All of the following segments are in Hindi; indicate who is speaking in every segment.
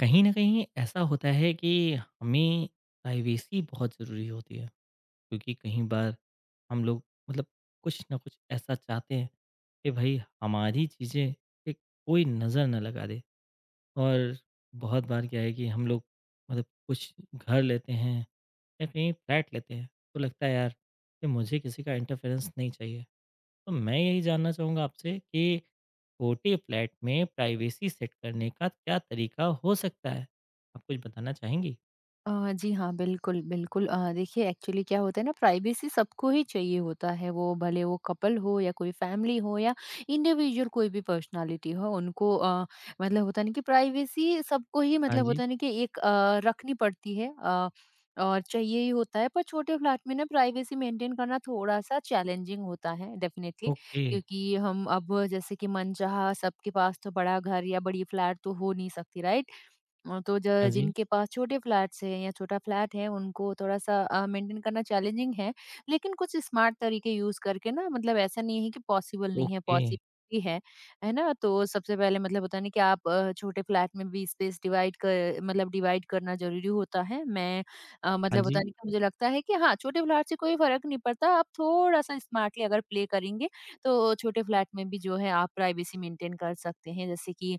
Speaker 1: कहीं न कहीं ऐसा होता है कि हमें प्राइवेसी बहुत ज़रूरी होती है, क्योंकि कहीं बार हम लोग मतलब कुछ न कुछ ऐसा चाहते हैं कि भई हमारी चीज़ें पे कोई नज़र ना लगा दे। और बहुत बार क्या है कि हम लोग मतलब कुछ घर लेते हैं या कहीं फ्लैट लेते हैं, तो लगता है यार कि मुझे किसी का इंटरफेरेंस नहीं चाहिए। तो मैं यही जानना चाहूँगा आपसे कि छोटे फ्लैट में प्राइवेसी सेट करने का क्या तरीका हो सकता है? आप कुछ बताना चाहेंगी?
Speaker 2: अ, जी हाँ, बिल्कुल, बिल्कुल। देखिए एक्चुअली क्या होता है ना प्राइवेसी सबको ही चाहिए होता है, वो भले वो कपल हो या कोई फैमिली हो या इंडिविजुअल कोई भी पर्सनैलिटी हो, उनको मतलब होता है ना कि प्राइवेसी सबको ही
Speaker 1: हाँ
Speaker 2: मतलब
Speaker 1: जी,
Speaker 2: होता है ना कि एक रखनी पड़ती है और चाहिए ही होता है। पर छोटे फ्लैट में ना प्राइवेसी मेंटेन करना थोड़ा-सा चैलेंजिंग होता है डेफिनिटली
Speaker 1: ओके,
Speaker 2: क्योंकि हम अब जैसे कि मनचाहा सबके पास तो बड़ा घर या बड़ी फ्लैट तो हो नहीं सकती, राइट? तो ज
Speaker 1: हाँ जी,
Speaker 2: जिनके पास छोटे फ्लैट्स हैं या छोटा फ्लैट है उनको थोड़ा-सा मेंटेन करना चैलेंजिंग है। लेकिन कुछ स्मार्ट तरीके यूज़ करके ना मतलब ऐसा नहीं है कि पॉसिबल नहीं है,
Speaker 1: ओके,
Speaker 2: पॉसिबल भी है ना? तो सबसे पहले मतलब होता है ना कि आप छोटे फ्लैट में भी स्पेस डिवाइड कर मतलब डिवाइड करना ज़रूरी होता है।
Speaker 1: हाँ
Speaker 2: मतलब होता
Speaker 1: जी,
Speaker 2: है ना कि मुझे लगता है कि हाँ, छोटे फ्लैट से कोई फ़र्क नहीं पड़ता, आप थोड़ा-सा स्मार्टली अगर प्ले करेंगे, तो छोटे फ्लैट में भी जो है आप प्राइवेसी मेंटेन कर सकते हैं। जैसे कि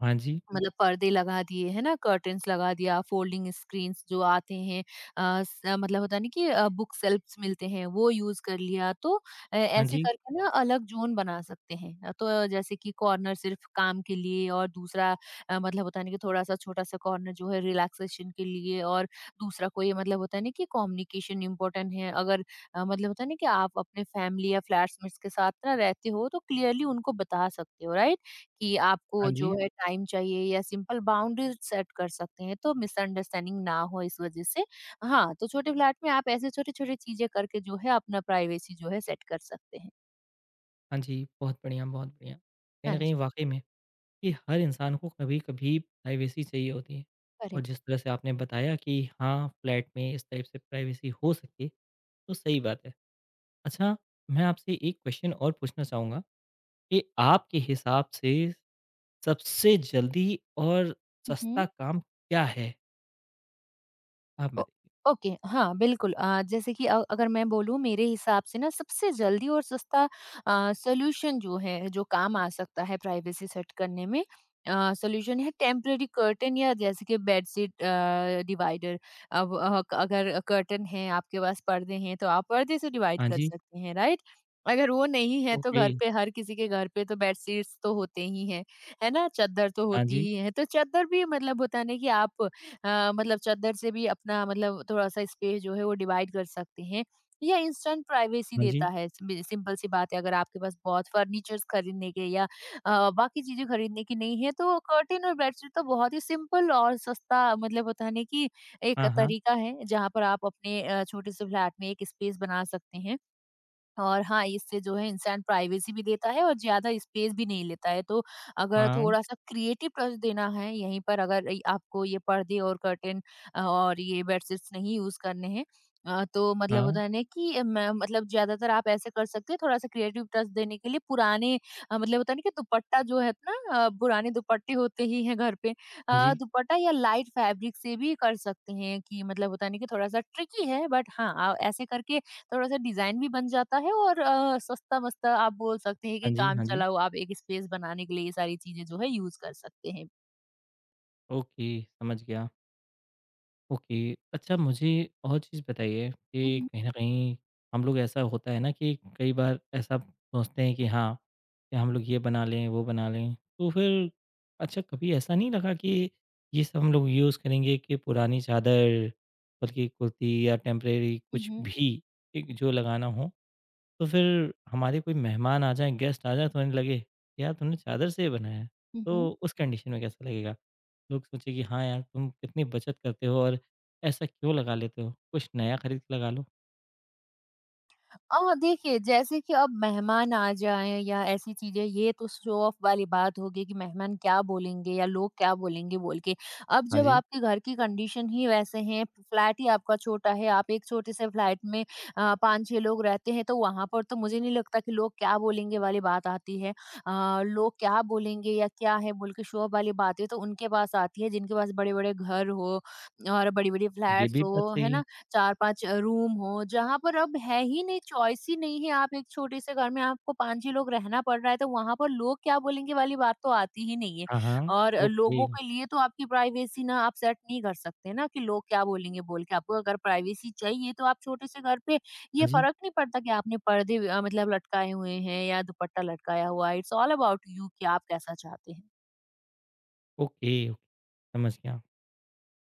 Speaker 1: हाँ जी,
Speaker 2: मतलब पर्दे लगा दिए, है ना? कर्टेन्स लगा दिया, फोल्डिंग स्क्रीन्स जो आते हैं मतलब होता है ना कि बुक शेल्फ्स मिलते हैं, वो यूज़ कर लिया। तो
Speaker 1: हाँ
Speaker 2: ऐसे
Speaker 1: जी,
Speaker 2: करके ना अलग ज़ोन बना सकते हैं। तो जैसे कि कॉर्नर सिर्फ काम के लिए और दूसरा मतलब होता है ना कि थोड़ा-सा छोटा-सा कॉर्नर जो है रिलैक्सेशन के लिए और दूसरा कोई मतलब होता है ना कि कम्युनिकेशन इम्पोर्टेंट है। अगर मतलब होता है ना कि आप अपने फैमिली या फ्लैटमेट्स के साथ ना रहते हो, तो क्लियरली उनको बता सकते हो, राइट? कि
Speaker 1: हाँ
Speaker 2: आपको जो
Speaker 1: जी,
Speaker 2: है टाइम चाहिए या सिंपल बाउंड्रीज सेट कर सकते हैं तो मिसअंडरस्टैंडिंग ना हो इस वजह से। हाँ, तो छोटे फ्लैट में आप ऐसे छोटे-छोटे चीज़ें करके जो है अपना प्राइवेसी जो है सेट कर सकते हैं।
Speaker 1: हाँ जी, बहुत बढ़िया, बहुत बढ़िया। कहीं
Speaker 2: हाँ
Speaker 1: न कहीं
Speaker 2: जी,
Speaker 1: वाक़ई में कि हर इंसान को कभी-कभी प्राइवेसी चाहिए होती है और जिस
Speaker 2: करेक्ट।
Speaker 1: तरह से आपने बताया कि हाँ, फ्लैट में इस टाइप से प्राइवेसी हो सकती है, तो सही बात है। अच्छा, मैं आपसे एक क्वेश्चन और पूछना चाहूँगा कि आपके हिसाब से सबसे जल्दी और
Speaker 2: हुँ,
Speaker 1: सस्ता
Speaker 2: हुँ।
Speaker 1: काम क्या है? आप
Speaker 2: ओ
Speaker 1: बताइए?
Speaker 2: ओके, हाँ, बिल्कुल जैसे कि अगर मैं बोलूँ मेरे हिसाब से ना सबसे जल्दी और सस्ता सॉल्यूशन जो है, जो काम आ सकता है प्राइवेसी सेट करने में सॉल्यूशन है टेम्परेरी कर्टेन या जैसे कि बेडशीट डिवाइडर। अब अगर कर्टेन है, आपके पास पर्दे हैं, तो आप पर्दे से डिवाइड
Speaker 1: हाँ
Speaker 2: कर
Speaker 1: जी,
Speaker 2: सकते हैं, राइट? अगर वो नहीं है तो
Speaker 1: ओके।
Speaker 2: घर पे हर किसी के घर पे तो बेडशीट्स तो होते ही हैं, है ना? चद्दर तो
Speaker 1: हाँ
Speaker 2: होती
Speaker 1: जी,
Speaker 2: ही है, तो चद्दर भी मतलब होता है ना कि आप मतलब चद्दर से भी अपना मतलब थोड़ा-सा स्पेस जो है वो डिवाइड कर सकते हैं। या इंस्टेंट प्राइवेसी
Speaker 1: हाँ जी।
Speaker 2: देता है, सिम सिंपल सी बात है अगर आपके पास बहुत फर्नीचर्स खरीदने के या बाकी चीज़ें खरीदने की नहीं है तो कर्टेन और बेडशीट तो बहुत ही सिंपल और सस्ता मतलब होता है ना कि एक
Speaker 1: हाँ, हाँ,
Speaker 2: तरीका है जहाँ पर आप अपने छोटे से फ्लैट में एक स्पेस बना सकते हैं। और हाँ, इससे जो है इंसान प्राइवेसी भी देता है और ज़्यादा स्पेस भी नहीं लेता है। तो अगर
Speaker 1: हाँ,
Speaker 2: थोड़ा-सा क्रिएटिव टच देना है, यहीं पर अगर इ आपको ये पर्दे और कर्टेन और ये बेडशीट्स नहीं यूज़ करने हैं तो मतलब
Speaker 1: हाँ,
Speaker 2: होता है ना कि मैं मतलब ज़्यादातर आप ऐसे कर सकते हैं, थोड़ा-सा क्रिएटिव टच देने के लिए पुराने मतलब होता है ना कि दुपट्टा जो है ना पुराने दुपट्टे होते ही हैं घर पे।
Speaker 1: हाँ जी,
Speaker 2: दुपट्टा या लाइट फैब्रिक से भी कर सकते हैं कि मतलब होता है ना कि थोड़ा-सा ट्रिकी है बट हाँ, ऐसे करके थोड़ा-सा डिज़ाइन भी बन जाता है और सस्ता-मस्ता आप बोल सकते हैं कि
Speaker 1: हाँ जी,
Speaker 2: काम
Speaker 1: हाँ जी।
Speaker 2: चलाऊ आप एक स्पेस बनाने के लिए ये सारी चीज़ें जो है यूज़ कर सकते हैं।
Speaker 1: ओके, समझ गया। ओके। अच्छा मुझे और चीज़ बताइए
Speaker 2: हुँ,
Speaker 1: कि
Speaker 2: हुँ।
Speaker 1: कहीं न कहीं हम लोग ऐसा होता है ना कि कई बार ऐसा सोचते हैं कि हाँ, कि हम लोग ये बना लें, वो बना लें। तो फिर अच्छा कभी ऐसा नहीं लगा कि ये सब हम लोग यूज़ करेंगे कि पुरानी चादर बल्कि कुर्ती या टेम्परेरी
Speaker 2: हुँ,
Speaker 1: कुछ
Speaker 2: हुँ।
Speaker 1: भी एक जो लगाना हो तो फिर हमारे कोई मेहमान आ जाएँ, गेस्ट आ जाएँ तो उन्हें लगे, यार तुमने चादर से ये बनाया है,
Speaker 2: हुँ, हुँ।
Speaker 1: तो उस कंडीशन में कैसा लगेगा? लोग सोचे कि हाँ यार, तुम कितनी बचत करते हो और ऐसा क्यों लगा लेते हो? कुछ नया खरीद के लगा लो।
Speaker 2: देखिए जैसे कि अब मेहमान आ जाएँ या ऐसी चीज़ें ये तो शो ऑफ वाली बात होगी कि मेहमान क्या बोलेंगे या लोग क्या बोलेंगे बोल के। अब
Speaker 1: हाँ
Speaker 2: जब
Speaker 1: जी,
Speaker 2: आपके घर की कंडीशन ही वैसे हैं, फ्लैट ही आपका छोटा है, आप एक छोटे से फ्लैट में 5-6 लोग रहते हैं तो वहाँ पर तो मुझे नहीं लगता कि लोग क्या बोलेंगे वाली बात आती है। लोग क्या बोलेंगे या क्या है बोल के शो ऑफ वाली बातें तो उनके पास आती है जिनके पास बड़े-बड़े घर हो और बड़ी-बड़ी
Speaker 1: ये
Speaker 2: फ्लैट्स
Speaker 1: भी बात
Speaker 2: हो, है
Speaker 1: सही है।
Speaker 2: ना? 4-5 रूम हो, जहाँ पर अब है ही नहीं, चॉइस ही नहीं है, आप एक छोटे से घर में आपको 5 ही लोग रहना पड़ रहा है, तो वहाँ पर लोग क्या बोलेंगे वाली बात तो आती ही नहीं है।
Speaker 1: हाँ, हाँ,
Speaker 2: और
Speaker 1: ओके।
Speaker 2: लोगों के लिए तो आपकी प्राइवेसी ना आप सेट नहीं कर सकते ना कि लोग क्या बोलेंगे बोल के, आपको अगर प्राइवेसी चाहिए तो आप छोटे से घर पे
Speaker 1: हाँ
Speaker 2: ये
Speaker 1: जी,
Speaker 2: फ़र्क नहीं पड़ता कि आपने पर्दे मतलब लटकाए हुए हैं या दुपट्टा लटकाया हुआ है, इट्स ऑल अबाउट यू कि आप कैसा चाहते हैं।
Speaker 1: ओके, ओके, समझ गया।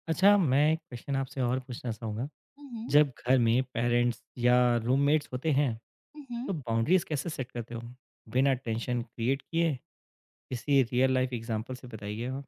Speaker 1: अच्छा मैं एक क्वेश्चन आपसे और पूछना चाहूँगा,
Speaker 2: हुँ, हुँ।
Speaker 1: जब घर में पेरेंट्स या रूममेट्स होते हैं,
Speaker 2: हुँ, हुँ।
Speaker 1: तो बाउंड्रीज़ कैसे सेट करते हो? बिना टेंशन क्रिएट किए किसी रियल लाइफ़ एग्ज़ाम्पल से बताइए आप।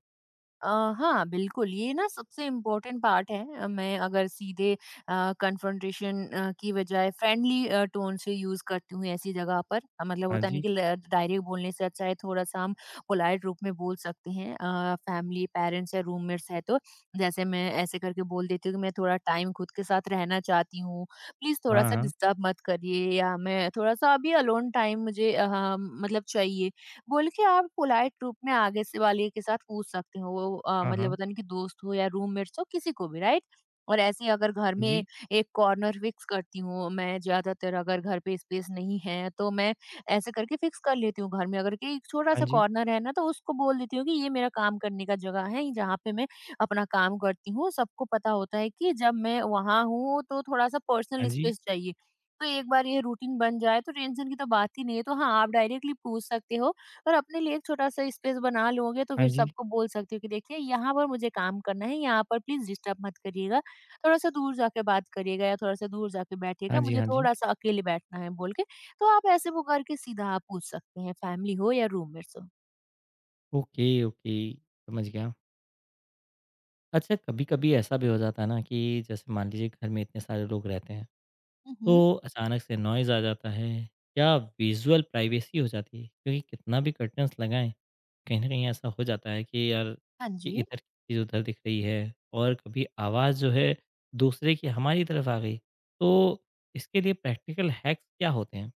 Speaker 2: अ, हाँ, बिल्कुल, ये ना सबसे इम्पोर्टेंट पार्ट है। मैं अगर सीधे कन्फ्रंटेशन की बजाय फ्रेंडली टोन से यूज़ करती हूँ ऐसी जगह पर। मतलब
Speaker 1: हाँ
Speaker 2: होता नहीं
Speaker 1: जी।
Speaker 2: कि ल डायरेक्ट बोलने से अच्छा है थोड़ा-सा हम पोलाइट रूप में बोल सकते हैं। फैमिली, पेरेंट्स या रूममेट्स हैं तो जैसे मैं ऐसे करके बोल देती हूँ कि मैं थोड़ा टाइम खुद के साथ रहना चाहती हूँ, प्लीज़
Speaker 1: हाँ,
Speaker 2: थोड़ा-सा
Speaker 1: हाँ।
Speaker 2: डिस्टर्ब मत करिए या मैं थोड़ा-सा अभी अलोन टाइम मुझे मतलब चाहिए। बोल के आप पोलाइट रूप में आगे से वाले के साथ पूछ सकते हो वो
Speaker 1: हाँ,
Speaker 2: मतलब
Speaker 1: हाँ।
Speaker 2: पता नहीं कि दोस्त हो या रूममेट्स हो किसी को भी राइट और ऐसे ही अगर घर
Speaker 1: हाँ
Speaker 2: में
Speaker 1: जी।
Speaker 2: एक कॉर्नर फिक्स करती हूँ मैं ज्यादातर अगर घर पे स्पेस नहीं है तो मैं ऐसे करके फिक्स कर लेती हूँ घर में अगर कि एक छोटा
Speaker 1: हाँ
Speaker 2: सा
Speaker 1: जी।
Speaker 2: कॉर्नर है ना तो उसको बोल देती हूँ कि ये मेरा काम करने का जगह है जहाँ पे मैं अपना काम करती हूँ सबको पता होता है कि जब मैं वहां हूँ तो थोड़ा सा
Speaker 1: हाँ
Speaker 2: पर्सनल
Speaker 1: जी।
Speaker 2: स्पेस चाहिए तो एक बार ये रूटीन बन जाए तो टेंशन की तो बात ही नहीं है तो हाँ आप डायरेक्टली पूछ सकते हो पर अपने लिए एक छोटा-सा स्पेस बना लोगे तो
Speaker 1: हाँ
Speaker 2: फिर
Speaker 1: जी।
Speaker 2: सबको बोल सकते हो कि देखिए यहाँ पर मुझे काम करना है, यहाँ पर प्लीज़ डिस्टर्ब मत करिएगा। थोड़ा-सा दूर जाके बात करिएगा या थोड़ा-सा दूर जाके
Speaker 1: हाँ
Speaker 2: बैठिएगा,
Speaker 1: जी,
Speaker 2: मुझे
Speaker 1: हाँ जी।
Speaker 2: थोड़ा-सा अकेले बैठना है बोल के। तो आप ऐसे वो करके सीधा आप पूछ सकते हैं, फैमिली हो या रूममेट्स हो।
Speaker 1: Okay, okay. समझ गया। अच्छा कभी-कभी ऐसा भी हो जाता है ना कि जैसे मान लीजिए घर में इतने सारे लोग रहते हैं,
Speaker 2: हुँ, हुँ।
Speaker 1: तो अचानक से नॉइज़ आ जाता है या विज़ुअल प्राइवेसी हो जाती है क्योंकि कितना भी कर्टन्स लगाएँ, कहीं न कहीं ऐसा हो जाता है कि यार
Speaker 2: हाँ
Speaker 1: कि
Speaker 2: जी।
Speaker 1: इधर की चीज़ उधर दिख रही है और कभी आवाज़ जो है दूसरे की हमारी तरफ आ गई। तो इसके लिए प्रैक्टिकल हैक्स क्या होते हैं?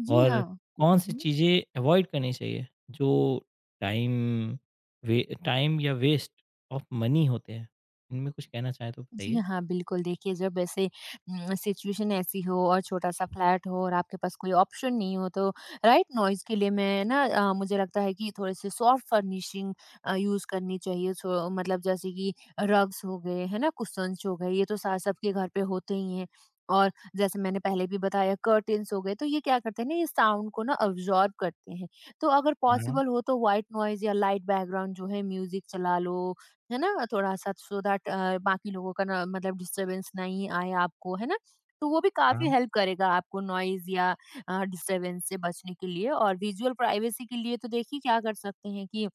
Speaker 2: जी,
Speaker 1: और
Speaker 2: हाँ।
Speaker 1: कौन
Speaker 2: हुँ,
Speaker 1: सी
Speaker 2: हुँ।
Speaker 1: चीज़ें अवॉइड करनी चाहिए जो टाइम वे टाइम या वेस्ट ऑफ मनी होते हैं? इनमें कुछ कहना चाहें तो
Speaker 2: जी
Speaker 1: बताइए?
Speaker 2: हाँ, बिल्कुल देखिए जब ऐसे सिचुएशन ऐसी हो और छोटा-सा फ्लैट हो और आपके पास कोई ऑप्शन नहीं हो तो व्हाइट नॉइज़ के लिए मैं ना मुझे लगता है कि थोड़े-से सॉफ्ट फर्निशिंग यूज़ करनी चाहिए। सो मतलब जैसे कि रग्स हो गए, है ना? कुशन्स हो गए, ये तो सा सबके घर पे होते ही हैं। और जैसे मैंने पहले भी बताया कर्टेन्स हो गए, तो ये क्या करते हैं ना, ये साउंड को ना अब्ज़ॉर्ब करते हैं। तो अगर
Speaker 1: हाँ,
Speaker 2: पॉसिबल हो तो व्हाइट नॉइज़ या लाइट बैकग्राउंड जो है म्यूज़िक चला लो है ना? थोड़ा-सा सो दैट बाकी लोगों का ना मतलब डिस्टर्बेंस नहीं आए आपको, है ना? तो वो भी काफ़ी
Speaker 1: हाँ,
Speaker 2: हेल्प करेगा आपको नॉइज़ या डिस्टर्बेंस से बचने के लिए और विज़ुअल प्राइवेसी के लिए तो देखिए क्या कर सकते हैं कि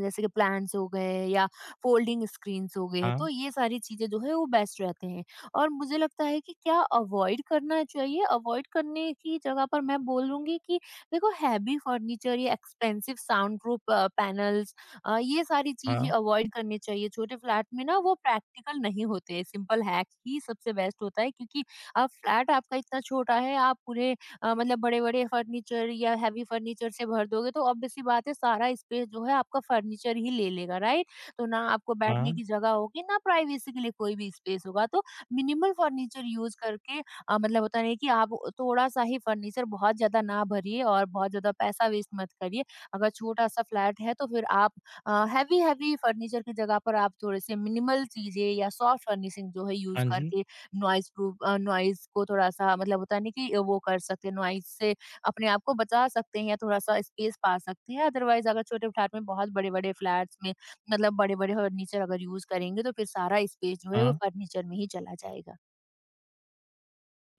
Speaker 2: जैसे कि प्लांट्स हो गए या फोल्डिंग स्क्रीन्स हो गए, तो
Speaker 1: हाँ,
Speaker 2: ये सारी चीज़ें जो है वो बेस्ट रहते हैं। और मुझे लगता है कि क्या अवॉइड करना चाहिए? अवॉइड करने की जगह पर मैं बोलूँगी कि देखो हैवी फर्नीचर या एक्सपेंसिव साउंड प्रूफ पैनल्स ये सारी चीज़ें
Speaker 1: हाँ,
Speaker 2: अवॉइड करनी चाहिए। छोटे फ्लैट में ना वो प्रैक्टिकल नहीं होते, सिंपल हैक ही सबसे बेस्ट होता है क्योंकि अब फ्लैट आपका इतना छोटा है, आप पूरे मतलब बड़े-बड़े फर्नीचर या हेवी फर्नीचर से भर दोगे तो ऑब्वियस सी बात है सारा स्पेस जो है आपका फर्नीचर ही ले लेगा, राइट? तो ना आपको
Speaker 1: हाँ,
Speaker 2: बैठने की जगह होगी, ना प्राइवेसी के लिए कोई भी स्पेस होगा। तो मिनिमल फर्नीचर यूज़ करके मतलब होता नहीं कि आप थोड़ा-सा ही फर्नीचर बहुत ज़्यादा ना भरिए और बहुत ज़्यादा पैसा वेस्ट मत करिए। अगर छोटा-सा फ्लैट है तो फिर आप हेवी-हेवी फर्नीचर की जगह पर आप थोड़े-से मिनिमल चीज़ें या सॉफ्ट फर्निशिंग जो है
Speaker 1: हाँ
Speaker 2: यूज़
Speaker 1: जी,
Speaker 2: करके नॉइज़ को थोड़ा-सा मतलब होता है ना कि वो कर सकते हैं, नॉइज़ से अपने आप को बचा सकते हैं या थोड़ा-सा स्पेस पा सकते हैं। अदरवाइज़ अगर छोटे फ्लैट में बहुत बड़े-बड़े फ्लैट्स में मतलब बड़े-बड़े फर्नीचर अगर यूज़ करेंगे तो फिर सारा स्पेस जो है वो
Speaker 1: हाँ,
Speaker 2: फर्नीचर में ही चला जाएगा।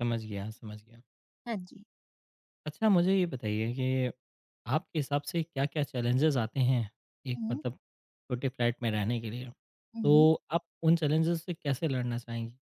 Speaker 1: समझ गया, समझ गया।
Speaker 2: हाँ जी।
Speaker 1: अच्छा मुझे ये बताइए कि आपके हिसाब से क्या-क्या चैलेंजेज़ आते हैं एक
Speaker 2: हुँ,
Speaker 1: मतलब छोटे फ्लैट में रहने के लिए?
Speaker 2: हुँ।
Speaker 1: तो आप उन चैलेंजेज़ से कैसे लड़ना चाहेंगी?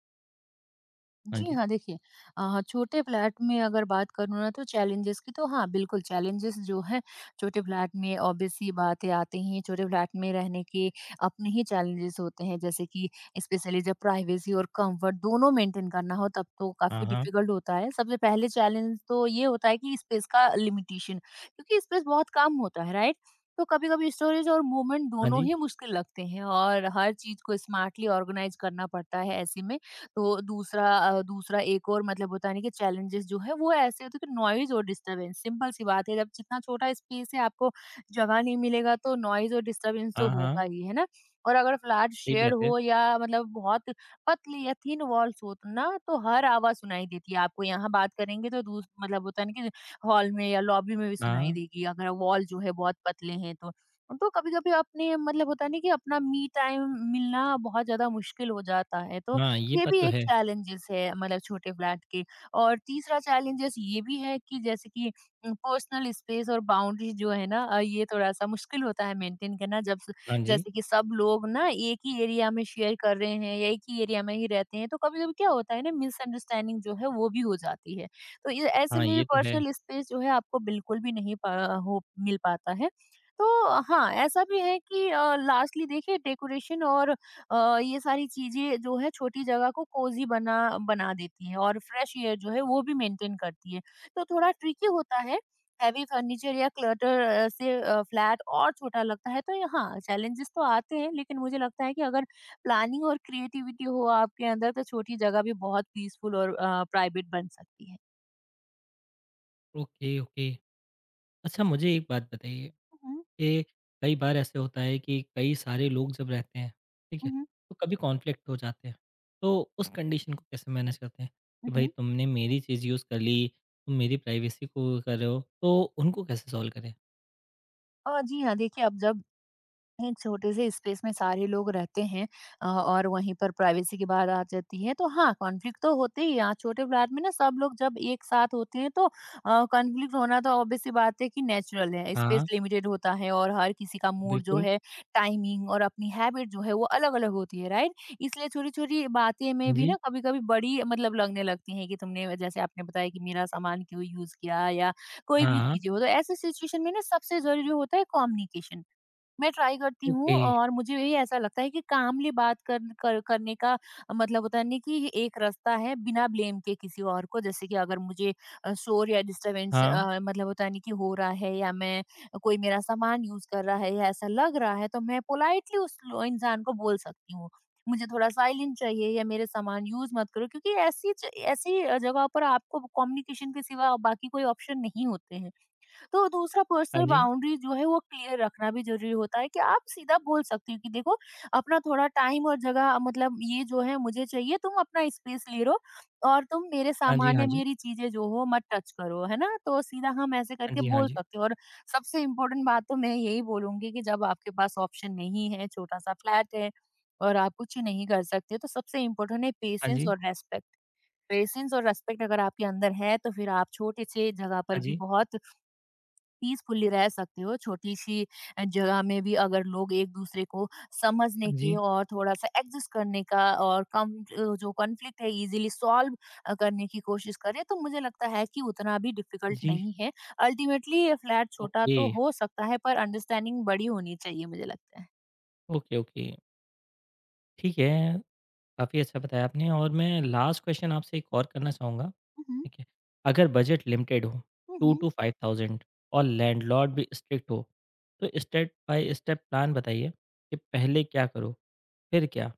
Speaker 1: हाँ
Speaker 2: जी
Speaker 1: जी,
Speaker 2: हाँ, देखिए छोटे फ्लैट में अगर बात करूँ ना तो चैलेंजेस की तो हाँ, बिल्कुल चैलेंजेस जो हैं छोटे फ्लैट में ऑब्वियस सी बात है आते ही हैं। छोटे फ्लैट में रहने के अपने ही चैलेंजेस होते हैं, जैसे कि स्पेशली जब प्राइवेसी और कंफर्ट दोनों मेंटेन करना हो तब तो
Speaker 1: हाँ,
Speaker 2: काफ़ी
Speaker 1: हाँ,
Speaker 2: डिफिकल्ट होता है। सबसे पहले चैलेंज तो ये होता है कि स्पेस का लिमिटेशन, क्योंकि स्पेस बहुत कम होता है, राइट? तो कभी-कभी स्टोरेज और मूवमेंट
Speaker 1: हाँ
Speaker 2: दोनों
Speaker 1: जी,
Speaker 2: ही मुश्किल लगते हैं और हर चीज़ को स्मार्टली ऑर्गेनाइज़ करना पड़ता है ऐसे में। तो दूसरा एक और मतलब होता है ना कि चैलेंजेस जो है वो ऐसे होते हैं कि नॉइज और डिस्टरबेंस, सिंपल सी बात है, जब जितना छोटा स्पेस है आपको जगह नहीं मिलेगा तो नॉइज और डिस्टरबेंस तो
Speaker 1: हाँ, हाँ,
Speaker 2: होगा ही है ना। और अगर फ्लैट
Speaker 1: सही
Speaker 2: शेड
Speaker 1: बात है।
Speaker 2: हो या मतलब बहुत पतली या थिन वॉल्स हो तो ना तो हर आवाज सुनाई देती है, आपको यहाँ बात करेंगे तो दूस मतलब होता है ना कि हॉल में या लॉबी में भी सुनाई
Speaker 1: हाँ,
Speaker 2: देगी अगर वॉल जो है बहुत पतले हैं तो। तो कभी कभी अपने मतलब होता नहीं कि अपना मी टाइम मिलना बहुत ज्यादा मुश्किल हो जाता है तो।
Speaker 1: हाँ, ये
Speaker 2: ये
Speaker 1: बात
Speaker 2: भी
Speaker 1: तो
Speaker 2: एक
Speaker 1: है।
Speaker 2: चैलेंजेस है, मतलब छोटे फ्लैट के। और तीसरा चैलेंजेस ये भी है कि जैसे कि पर्सनल स्पेस और बाउंड्री जो है ना, ये थोड़ा सा मुश्किल होता है मेंटेन करना, जब
Speaker 1: हाँ जी।
Speaker 2: जैसे कि सब लोग ना एक ही एरिया में शेयर कर रहे हैं या एक ही एरिया में ही रहते हैं तो कभी कभी क्या होता है ना, मिसअंडरस्टैंडिंग जो है वो भी हो जाती है। तो ऐसे
Speaker 1: हाँ,
Speaker 2: में भी
Speaker 1: ये तो है।
Speaker 2: पर्सनल स्पेस जो है आपको बिल्कुल भी नहीं पा, हो मिल पाता है। तो हाँ, ऐसा भी है कि लास्टली देखिए, डेकोरेशन और ये सारी चीज़ें जो है छोटी जगह को कोज़ी बना बना देती है और फ्रेश एयर जो है वो भी मेंटेन करती है। तो थोड़ा ट्रिकी होता है, हैवी फर्नीचर या क्लटर से फ्लैट और छोटा लगता है। तो ये हाँ, चैलेंजेस तो आते हैं, लेकिन मुझे लगता है कि अगर प्लानिंग और क्रिएटिविटी हो आपके अंदर तो छोटी जगह भी बहुत पीसफुल और प्राइवेट बन सकती है।
Speaker 1: Okay, okay. अच्छा मुझे एक बात बताइए
Speaker 2: हुँ,
Speaker 1: कि कई बार ऐसे होता है कि कई सारे लोग जब रहते हैं, ठीक है?
Speaker 2: हुँ।
Speaker 1: तो कभी कॉन्फ्लिक्ट हो जाते हैं, तो उस कंडीशन को कैसे मैनेज करते हैं कि
Speaker 2: हुँ,
Speaker 1: भाई
Speaker 2: हुँ।
Speaker 1: तुमने मेरी चीज़ यूज़ कर ली, तुम मेरी प्राइवेसी को कर रहे हो, तो उनको कैसे सॉल्व करें?
Speaker 2: जी हाँ, देखिए, अब जब एक छोटे से स्पेस में सारे लोग रहते हैं और वहीं पर प्राइवेसी की बात आ जाती है तो हाँ, कॉन्फ्लिक्ट तो होते ही हैं। यहाँ छोटे फ्लैट में ना सब लोग जब एक साथ होते हैं तो कॉन्फ्लिक्ट होना तो ऑब्वियस सी बात है कि नेचुरल है, स्पेस
Speaker 1: हाँ,
Speaker 2: लिमिटेड होता है और हर किसी का मूड जो
Speaker 1: बिल्कुल।
Speaker 2: है, टाइमिंग और अपनी हैबिट जो है वो अलग अलग होती है, राइट? इसलिए छोटी छोटी बातें
Speaker 1: हाँ
Speaker 2: में भी
Speaker 1: जी।
Speaker 2: ना कभी कभी बड़ी मतलब लगने लगती है कि तुमने, जैसे आपने बताया कि मेरा सामान क्यों यूज किया, या कोई भी
Speaker 1: हाँ,
Speaker 2: चीजें हो तो ऐसे सिचुएशन में ना सबसे जरूरी होता है कम्युनिकेशन। मैं ट्राई करती हूँ
Speaker 1: ओके।
Speaker 2: और मुझे यही ऐसा लगता है कि कामली बात कर करने का मतलब होता नहीं कि ये एक रास्ता है बिना ब्लेम के किसी और को। जैसे कि अगर मुझे शोर या डिस्टरबेंस
Speaker 1: हाँ,
Speaker 2: मतलब होता नहीं कि हो रहा है, या मैं, कोई मेरा सामान यूज कर रहा है या ऐसा लग रहा है तो मैं पोलाइटली उस इंसान को बोल सकती हूँ मुझे थोड़ा साइलेंट चाहिए या मेरे सामान यूज मत करो, क्योंकि ऐसी ऐसी जगह पर आपको कम्युनिकेशन के सिवा बाकी कोई ऑप्शन नहीं होते हैं। तो दूसरा,
Speaker 1: हाँ
Speaker 2: पर्सनल
Speaker 1: जी।
Speaker 2: बाउंड्री जो है वो क्लियर रखना भी ज़रूरी होता है कि आप सीधा बोल सकते हो कि देखो, अपना थोड़ा टाइम और जगह, मतलब ये जो है मुझे चाहिए, तुम अपना स्पेस ले लो, और तुम मेरे
Speaker 1: हाँ जी,
Speaker 2: सामान
Speaker 1: हाँ
Speaker 2: या
Speaker 1: जी।
Speaker 2: मेरी चीजें जो हो मत टच करो, है ना? तो सीधा हम ऐसे
Speaker 1: हाँ
Speaker 2: करके
Speaker 1: जी, हाँ
Speaker 2: बोल
Speaker 1: जी।
Speaker 2: सकते हो। और सबसे इम्पोर्टेंट बात तो मैं यही बोलूंगी कि जब आपके पास ऑप्शन नहीं है, छोटा सा फ्लैट है और आप कुछ नहीं कर सकते, तो सबसे इम्पोर्टेंट है
Speaker 1: हाँ
Speaker 2: पेशेंस
Speaker 1: जी,
Speaker 2: और रेस्पेक्ट। पेशेंस और रेस्पेक्ट अगर आपके अंदर है तो फिर आप छोटे से जगह पर
Speaker 1: हाँ
Speaker 2: भी
Speaker 1: जी,
Speaker 2: बहुत पीसफुली रह सकते हो। छोटी-सी जगह में भी अगर लोग एक-दूसरे को समझने
Speaker 1: हाँ
Speaker 2: के
Speaker 1: जी,
Speaker 2: और थोड़ा-सा एडजस्ट करने का और कम जो कॉन्फ्लिक्ट है इज़िली सॉल्व करने की कोशिश करें, तो मुझे लगता है कि उतना भी
Speaker 1: हाँ
Speaker 2: डिफ़िकल्ट
Speaker 1: जी।
Speaker 2: नहीं है। अल्टीमेटली ये फ्लैट छोटा
Speaker 1: ओके,
Speaker 2: तो हो सकता है पर अंडरस्टैंडिंग बड़ी होनी चाहिए, मुझे लगता है।
Speaker 1: Okay, okay. ठीक है। काफ़ी अच्छा बताया आपने और मैं लास्ट क्वेश्चन आपसे एक और करना चाहूँगा,
Speaker 2: हुँ, हुँ।
Speaker 1: ठीक है? अगर बजट लिमिटेड हो
Speaker 2: हुँ,
Speaker 1: 2
Speaker 2: हुँ।
Speaker 1: टू 5,000 और लैंडलॉर्ड भी स्ट्रिक्ट हो, तो स्टेप बाय स्टेप प्लान बताइए कि पहले क्या करो? फिर क्या?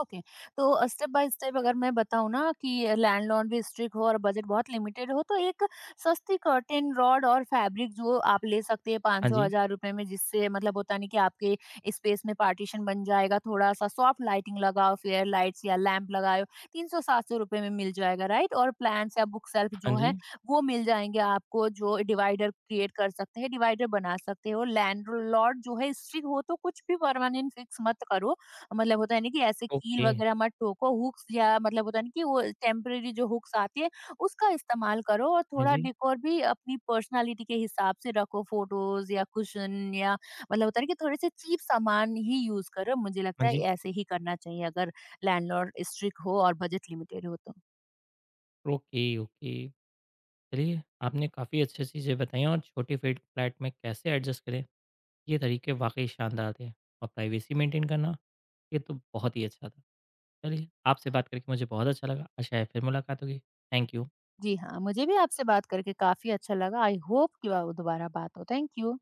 Speaker 2: ओके। तो स्टेप बाय स्टेप अगर मैं बताऊँ ना कि लैंडलॉन भी स्ट्रिक्ट हो और बजट बहुत लिमिटेड हो, तो एक सस्ती कर्टेन रॉड और फैब्रिक जो आप ले सकते हैं पाँच
Speaker 1: हाँ
Speaker 2: सौ
Speaker 1: जी,
Speaker 2: हजार रुपए में, जिससे मतलब होता नहीं कि आपके स्पेस में पार्टीशन बन जाएगा। थोड़ा सा सॉफ्ट लाइटिंग लगाओ, फेयर लाइट्स या लैंप लगाओ, 300-700 रुपए में मिल जाएगा, राइट? और प्लान्स या बुक सेल्फ
Speaker 1: हाँ
Speaker 2: जो
Speaker 1: जी,
Speaker 2: है वो मिल जाएंगे आपको जो डिवाइडर क्रिएट कर सकते हैं, डिवाइडर बना सकते हो। लैंड लॉर्ड जो है स्ट्रिक्ट हो तो कुछ भी परमानेंट फिक्स मत करो, मतलब होता है ना कि ऐसे कील
Speaker 1: ओके,
Speaker 2: वगैरह मत ठोको, हुक्स या मतलब होता है ना कि वो टेम्परेरी जो हुक्स आती है, उसका इस्तेमाल करो, और
Speaker 1: हाँ
Speaker 2: थोड़ा
Speaker 1: जी,
Speaker 2: डेकोर भी अपनी पर्सनैलिटी के हिसाब से रखो, फ़ोटोज़ या कुशन या मतलब होता है ना कि थोड़े से चीप सामान ही यूज़ करो। मुझे
Speaker 1: हाँ
Speaker 2: लगता है
Speaker 1: जी,
Speaker 2: ऐसे ही करना चाहिए अगर लैंडलॉर्ड स्ट्रिक्ट हो और बजट लिमिटेड हो तो।
Speaker 1: Okay, okay. चलिए, आपने काफ़ी अच्छी चीज़ें बताई हैं और छोटी फ्लैट में कैसे एडजस्ट करें ये तरीके वाक़ई शानदार थे और प्राइवेसी मेंटेन करना, ये तो बहुत ही अच्छा था। चलिए, आपसे बात करके मुझे बहुत अच्छा लगा, आशा है फिर मुलाकात होगी। Thank you.
Speaker 2: जी हाँ, मुझे भी आपसे बात करके काफ़ी अच्छा लगा। आई होप कि वा दोबारा बात हो। Thank you.